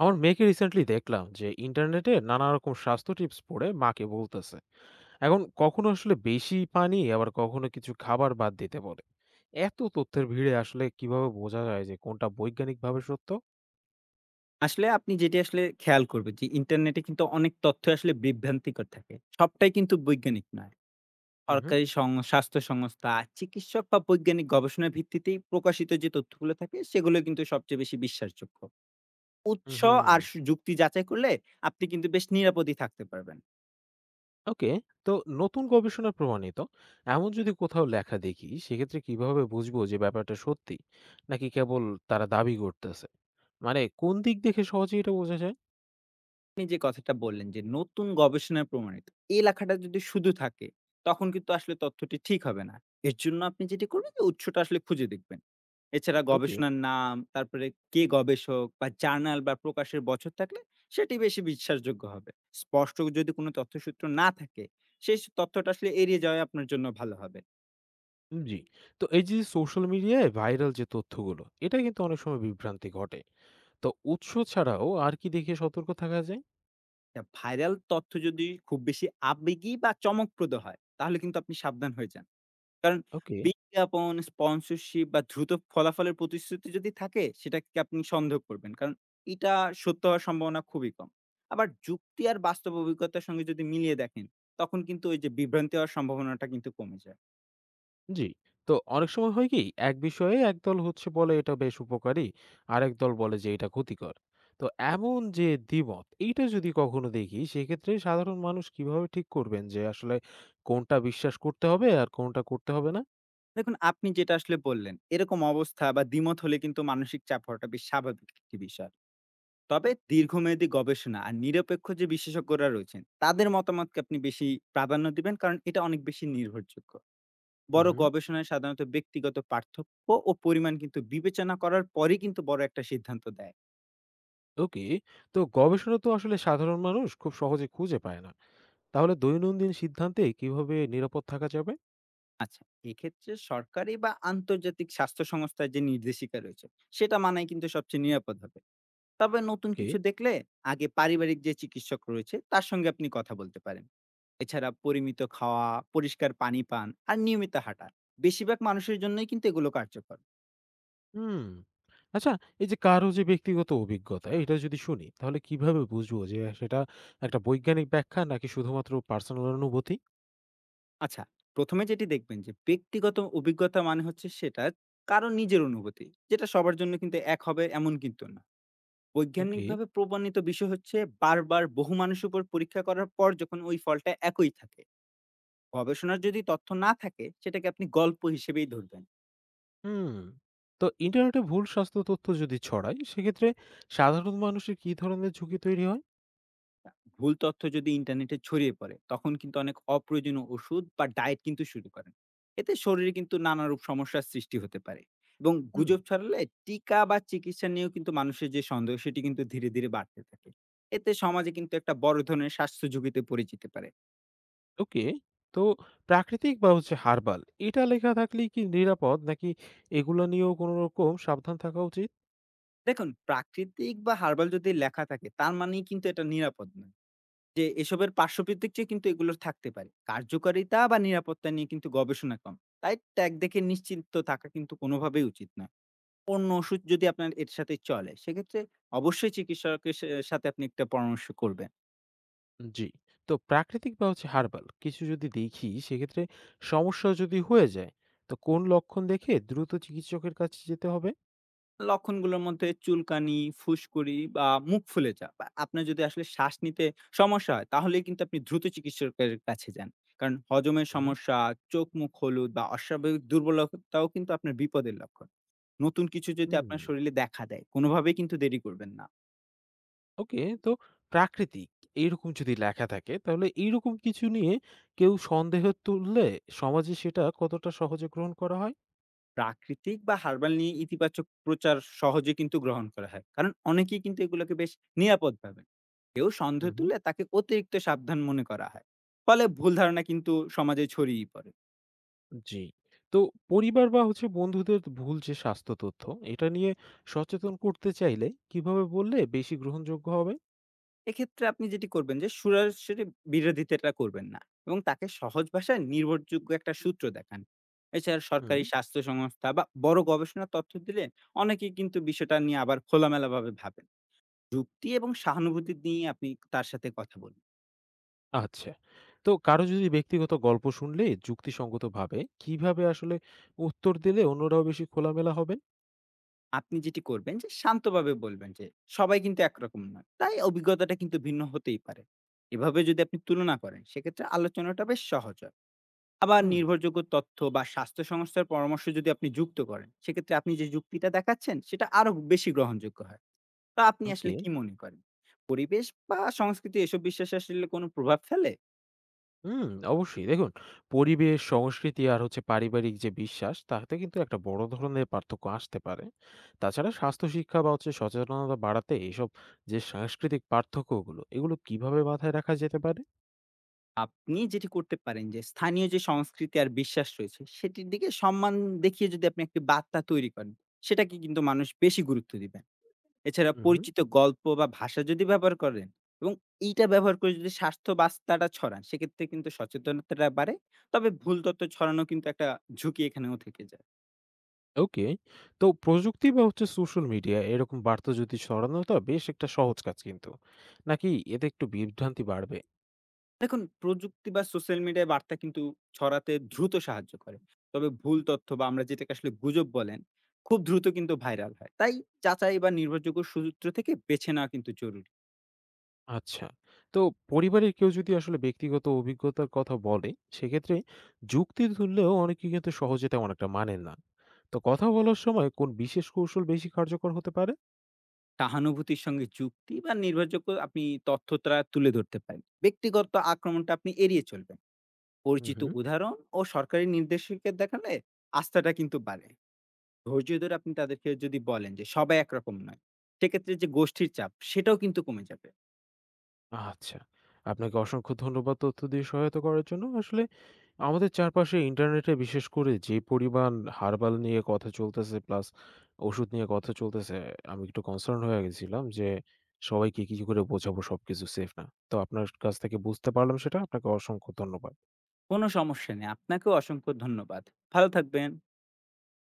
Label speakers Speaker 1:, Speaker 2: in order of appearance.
Speaker 1: আমার মেয়েকে রিসেন্টলি দেখলাম যে ইন্টারনেটে নানা রকম স্বাস্থ্য টিপস পড়ে মাকে বলতেছে, এখন কখনো আসলে বেশি পানি আবার কখনো কিছু খাবার বাদ দিতে বলে। এত তথ্যের ভিড়ে আসলে কিভাবে বোঝা যায় যে কোনটা বৈজ্ঞানিকভাবে সত্য?
Speaker 2: আসলে আপনি যেটি আসলে খেয়াল করবেন যে ইন্টারনেটে কিন্তু অনেক তথ্য আসলে বিভ্রান্তিকর থাকে। সবটাই কিন্তু বৈজ্ঞানিক নয়।
Speaker 1: হুম
Speaker 2: সরকারি স্বাস্থ্য সংস্থা, চিকিৎসক বা বৈজ্ঞানিক গবেষণার ভিত্তিতেই প্রকাশিত যে তথ্যগুলো থাকে সেগুলো কিন্তু সবচেয়ে বেশি বিশ্বাসযোগ্য। উৎস
Speaker 1: হুম
Speaker 2: আর সু যুক্তি যাচাই করলে আপনি কিন্তু বেশ নিরাপদেই থাকতে পারবেন।
Speaker 1: ওকে। তো নতুন গবেষণা প্রমাণিত এমন যদি কোথাও লেখা দেখি সেক্ষেত্রে কিভাবে বুঝবো যে ব্যাপারটা সত্যি, নাকি কেবল তারা দাবি করতেছে? মানে কোন দিক দেখে সহজে এটা বোঝা যায়?
Speaker 2: আপনি যে কথাটা বললেন যে নতুন গবেষণায় প্রমাণিত, এই লেখাটা যদি শুধু থাকে তখন কিন্তু আসলে তথ্যটি ঠিক হবে না। এর জন্য আপনি যেটি করবেন যে উৎসটা আসলে খুঁজে দেখবেন। এছাড়া
Speaker 1: ওকে।
Speaker 2: গবেষণার নাম, তারপরে কে গবেষক বা জার্নাল বা প্রকাশের বছর থাকলে সেটি বেশি বিশ্বাসযোগ্য হবে। স্পষ্ট যদি কোনো তথ্যসূত্র না থাকে, সেই তথ্যটা আসলে এড়িয়ে যাওয়াই আপনার জন্য ভালো হবে।
Speaker 1: জি। তো এই যে সোশ্যাল মিডিয়ায় ভাইরাল যে তথ্যগুলো, এটা কিন্তু অনেক সময় বিভ্রান্তি ঘটে। তো উৎস ছাড়াও আর কি দেখে সতর্ক থাকা যায়?
Speaker 2: তা ভাইরাল তথ্য যদি খুব বেশি আবেগী বা চমকপ্রদ হয়, তাহলে কিন্তু আপনি সাবধান হয়ে যান। কারণ
Speaker 1: ওকে।
Speaker 2: বিজ্ঞাপন, স্পন্সরশিপ বা দ্রুত ফলাফলের প্রতিশ্রুতি যদি থাকে, সেটাকে আপনি সন্দেহ করবেন। কারণ এটা সত্য হওয়ার সম্ভাবনা খুবই কম। আবার যুক্তি আর বাস্তব অভিজ্ঞতার সঙ্গে যদি মিলিয়ে দেখেন, তখন কিন্তু ওই যে বিভ্রান্তি হওয়ার সম্ভাবনাটা কিন্তু কমে যায়।
Speaker 1: জি। তো অনেক সময় হয় কি, এক বিষয়ে একদল হচ্ছে বলে এটা বেশ উপকারী, আরেক দল বলে যে এটা ক্ষতিকর। তো এমন যে দ্বিমত, এইটা যদি কখনো দেখি সেক্ষেত্রে সাধারণ মানুষ কিভাবে ঠিক করবেন যে আসলে কোনটা বিশ্বাস করতে হবে আর কোনটা করতে হবে না?
Speaker 2: দেখুন আপনি যেটা আসলে বললেন, এরকম অবস্থা বা দ্বিমত হলে কিন্তু মানসিক চাপ হওয়াটা বেশ স্বাভাবিক একটি বিষয়। তবে দীর্ঘমেয়াদী গবেষণা আর নিরপেক্ষ যে বিশেষজ্ঞরা রয়েছেন, তাদের মতামতকে আপনি বেশি প্রাধান্য দিবেন। কারণ এটা অনেক বেশি নির্ভরযোগ্য।
Speaker 1: হুম,
Speaker 2: বড়
Speaker 1: হুম।
Speaker 2: গবেষণায় সাধারণত ব্যক্তিগত পার্থক্য ও পরিমাণ কিন্তু বিবেচনা করার পরেই কিন্তু বড় একটা সিদ্ধান্ত দেয়।
Speaker 1: ওকে। তো গবেষণা তো আসলে সাধারণ মানুষ খুব সহজে খুঁজে পায় না। তাহলে দৈনন্দিন সিদ্ধান্তে কিভাবে নিরাপদ থাকা যাবে?
Speaker 2: আচ্ছা, এক্ষেত্রে সরকারি বা আন্তর্জাতিক স্বাস্থ্য সংস্থার যে নির্দেশিকা রয়েছে সেটা মানাই কিন্তু সবচেয়ে নিরাপদ হবে। তবে নতুন
Speaker 1: ওকে।
Speaker 2: কিছু দেখলে আগে পারিবারিক যে চিকিৎসক রয়েছে তার সঙ্গে আপনি কথা বলতে পারেন। এছাড়া পরিমিত খাওয়া, পরিষ্কার পানি পান আর নিয়মিত হাঁটা বেশিরভাগ মানুষের জন্যই কিন্তু এগুলো কার্যকর।
Speaker 1: হুম। আচ্ছা, এই যে কারো যে ব্যক্তিগত অভিজ্ঞতা এটা যদি শুনি তাহলে কিভাবে বুঝবো যে সেটা একটা বৈজ্ঞানিক ব্যাখ্যা নাকি শুধুমাত্র পার্সোনাল অনুভূতি?
Speaker 2: আচ্ছা, ১ম এ যেটি দেখবেন যে ব্যক্তিগত অভিজ্ঞতা মানে হচ্ছে সেটা কারো নিজের অনুভূতি। যেটা সবার জন্য কিন্তু এক হবে এমন কিন্তু না।
Speaker 1: ওকে।
Speaker 2: বৈজ্ঞানিকভাবে প্রমাণিত বিষয় হচ্ছে বারবার বহু মানুষের উপর পরীক্ষা করার পর যখন ওই ফলটা একই থাকে। গবেষণার যদি তথ্য না থাকে সেটাকে আপনি গল্প হিসেবেই ধরবেন।
Speaker 1: হুম। তো ইন্টারনেটে ভুল স্বাস্থ্য তথ্য যদি ছড়ায় সেক্ষেত্রে সাধারণ মানুষের কি ধরনের ঝুঁকি তৈরি হয়?
Speaker 2: না, ভুল তথ্য যদি ইন্টারনেটে ছড়িয়ে পড়ে তখন কিন্তু অনেক অপ্রয়োজনীয় ওষুধ বা ডায়েট কিন্তু শুরু করেন। এতে শরীরে কিন্তু নানারূপ সমস্যার সৃষ্টি হতে পারে। এবং
Speaker 1: হুম।
Speaker 2: গুজব ছড়ালে টিকা বা চিকিৎসা নিয়েও কিন্তু মানুষের যে সন্দেহ সেটি কিন্তু ধীরে ধীরে বাড়তে থাকে। এতে সমাজে কিন্তু একটা বড় ধরনের স্বাস্থ্য ঝুঁকিতে পড়ে যেতে পারে।
Speaker 1: ওকে। তো প্রাকৃতিক বা হচ্ছে হার্বাল এটা লেখা থাকলেই কি নিরাপদ, নাকি এগুলা নিয়েও কোন রকম সাবধান থাকা উচিত?
Speaker 2: দেখুন, প্রাকৃতিক বা হার্বাল যদি লেখা থাকে তার মানেই কিন্তু এটা নিরাপদ নয়। যে এসবের পার্শ্ব প্রতিক্রিয়া কিন্তু এগুলোর থাকতে পারে, কার্যকারিতা বা নিরাপত্তা নিয়ে কিন্তু গবেষণা কম। তাই ট্যাগ দেখে নিশ্চিন্ত থাকা কিন্তু কোনোভাবেই উচিত নয়। অন্য ওষুধ যদি আপনার এর সাথে চলে, সেক্ষেত্রে অবশ্যই চিকিৎসকের সে সাথে আপনি একটা পরামর্শ করবেন।
Speaker 1: জি। তো প্রাকৃতিক বা হচ্ছে হার্বাল কিছু যদি দেখি সেক্ষেত্রে সমস্যা যদি হয়ে যায়, তো কোন লক্ষণ দেখে দ্রুত চিকিৎসকের কাছে যেতে হবে?
Speaker 2: লক্ষণগুলোর মধ্যে চুলকানি, ফুসকুড়ি বা মুখ ফুলে যাওয়া বা আপনার যদি আসলে শ্বাস নিতে সমস্যা হয়, তাহলেই কিন্তু আপনি দ্রুত চিকিৎসকের কাছে যান। কারণ হজমের
Speaker 1: হুম
Speaker 2: সমস্যা, চোখ-মুখ হলুদ বা অস্বাভাবিক দুর্বলতাও কিন্তু আপনার বিপদের লক্ষণ। নতুন কিছু যদি
Speaker 1: হুম
Speaker 2: আপনার শরীরে দেখা দেয়, কোনোভাবেই কিন্তু দেরি করবেন না।
Speaker 1: ওকে। তো প্রাকৃতিক এইরকম যদি লেখা থাকে তাহলে এইরকম কিছু নিয়ে কেউ সন্দেহ তুললে সমাজে সেটা কতটা সহজে গ্রহণ করা হয়?
Speaker 2: প্রাকৃতিক বা হার্বাল নিয়ে ইতিবাচক প্রচার সহজে কিন্তু গ্রহণ করা হয় কারণ অনেকেই কিন্তু এগুলোকে বেশ নিরাপদ ভাবেন। কেউ সন্দেহ
Speaker 1: হুম।
Speaker 2: তুলে তাকে অতিরিক্ত সাবধান মনে করা হয়। ফলে ভুল ধারণা কিন্তু সমাজে ছড়িয়ে পড়ে।
Speaker 1: জি। তো পরিবার বা হচ্ছে বন্ধুদের ভুল যে স্বাস্থ্য তথ্য এটা নিয়ে সচেতন করতে চাইলে কিভাবে বললে বেশি গ্রহণযোগ্য হবে?
Speaker 2: এক্ষেত্রে আপনি যেটি করবেন যে সরাসরি বিরোধিতাটা করবেন না এবং তাকে সহজ ভাষায় নির্ভরযোগ্য একটা সূত্র দেখান। এছাড়া
Speaker 1: হুম।
Speaker 2: সরকারি স্বাস্থ্য সংস্থা বা বড় গবেষণা তথ্য দিলে অনেকেই কিন্তু বিষয়টা নিয়ে আবার খোলামেলাভাবে ভাবেন। যুক্তি এবং সহানুভূতি নিয়ে আপনি তার সাথে কথা বলুন।
Speaker 1: আচ্ছা। তো কারো যদি ব্যক্তিগত গল্প শুনলে যুক্তিসঙ্গতভাবে কিভাবে আসলে উত্তর দিলে অন্যরাও বেশি খোলামেলা হবেন?
Speaker 2: আপনি যেটি করবেন যে শান্তভাবে বলবেন যে সবাই কিন্তু একরকম নয়। তাই অভিজ্ঞতাটা কিন্তু ভিন্ন হতেই পারে। এভাবে যদি আপনি তুলনা করেন সেক্ষেত্রে আলোচনাটা বেশ সহজ হয়। আবার
Speaker 1: হুম।
Speaker 2: নির্ভরযোগ্য তথ্য বা স্বাস্থ্য সংস্থার পরামর্শ যদি আপনি যুক্ত করেন, সেক্ষেত্রে আপনি যে যুক্তিটা দেখাচ্ছেন সেটা আরো বেশি গ্রহণযোগ্য হয়। তা আপনি
Speaker 1: ওকে।
Speaker 2: আসলে কি মনে করেন? পরিবেশ বা সংস্কৃতি এসব বিশ্বাসে আসলে কোনো প্রভাব ফেলে?
Speaker 1: হুম, অবশ্যই। দেখুন, পরিবেশ, সংস্কৃতি আর হচ্ছে পারিবারিক যে বিশ্বাস, তাতে কিন্তু একটা বড় ধরনের পার্থক্য আসতে পারে। তাছাড়া স্বাস্থ্য শিক্ষা বা হচ্ছে সচেতনতা বাড়াতে এসব যে সাংস্কৃতিক পার্থক্যগুলো, এগুলো কিভাবে মাথায় রাখা যেতে পারে?
Speaker 2: আপনি যেটি করতে পারেন যে স্থানীয় যে সংস্কৃতি আর বিশ্বাস রয়েছে সেটির দিকে সম্মান দেখিয়ে যদি আপনি একটি বার্তা তৈরি করেন সেটাকে কিন্তু মানুষ বেশি গুরুত্ব দিবেন। এছাড়া
Speaker 1: উহু।
Speaker 2: পরিচিত গল্প বা ভাষা যদি ব্যবহার করেন এবং এইটা ব্যবহার করে যদি স্বাস্থ্য বার্তাটা ছড়ান সেক্ষেত্রে কিন্তু সচেতনতাটা বাড়ে। তবে ভুল তথ্য ছড়ানো কিন্তু একটা ঝুঁকি এখানেও থেকে যায়।
Speaker 1: ওকে। তো প্রযুক্তি বা হচ্ছে সোশ্যাল মিডিয়া এরকম বার্তা যদি ছড়ানোটা বেশ একটা সহজ কাজ কিন্তু। নাকি এতে একটু বিভ্রান্তি বাড়বে?
Speaker 2: দেখুন, প্রযুক্তি বা সোশ্যাল মিডিয়ায় বার্তা কিন্তু ছড়াতে দ্রুত সাহায্য করে। তবে ভুল তথ্য বা আমরা যেটাকে আসলে গুজব বলেন, খুব দ্রুত কিন্তু ভাইরাল হয়। তাই যাচাই বা নির্ভরযোগ্য সূত্র থেকে বেছে নেওয়া কিন্তু জরুরি।
Speaker 1: আচ্ছা। তো পরিবারের কেউ যদি আসলে ব্যক্তিগত অভিজ্ঞতার কথা বলে, সেক্ষেত্রে যুক্তি তুললেও অনেকে কিন্তু সহজে তেমন একটা মানেন না। তো কথা বলার সময় কোন বিশেষ কৌশল বেশি কার্যকর হতে পারে?
Speaker 2: সহানুভূতির সঙ্গে যুক্তি বা নির্ভরযোগ্য আপনি তথ্যটা তুলে ধরতে পারেন। ব্যক্তিগত আক্রমণটা আপনি এড়িয়ে চলবেন। পরিচিত
Speaker 1: উহু।
Speaker 2: উদাহরণ ও সরকারি নির্দেশিকা দেখালে আস্থাটা কিন্তু বাড়ে। ধৈর্য ধরে আপনি তাদেরকে যদি বলেন যে সবাই একরকম নয়, সেক্ষেত্রে যে গোষ্ঠীর চাপ সেটাও কিন্তু কমে যাবে।
Speaker 1: আচ্ছা। আপনাকে অসংখ্য ধন্যবাদ তথ্য দিয়ে সহায়তা করার জন্য। আসলে আমাদের চারপাশে ইন্টারনেটে বিশেষ করে যে পরিমাণ হারবাল নিয়ে কথা চলতেছে প্লাস ওষুধ নিয়ে কথা চলতেছে, আমি একটু কনসার্ন হয়ে গেছিলাম যে সবাইকে কি করে বোঝাবো সবকিছু সেফ না। তো আপনার কাছ থেকে বুঝতে পারলাম সেটা। আপনাকে অসংখ্য ধন্যবাদ।
Speaker 2: কোনো সমস্যা নেই। আপনাকেও অসংখ্য ধন্যবাদ। ভালো থাকবেন।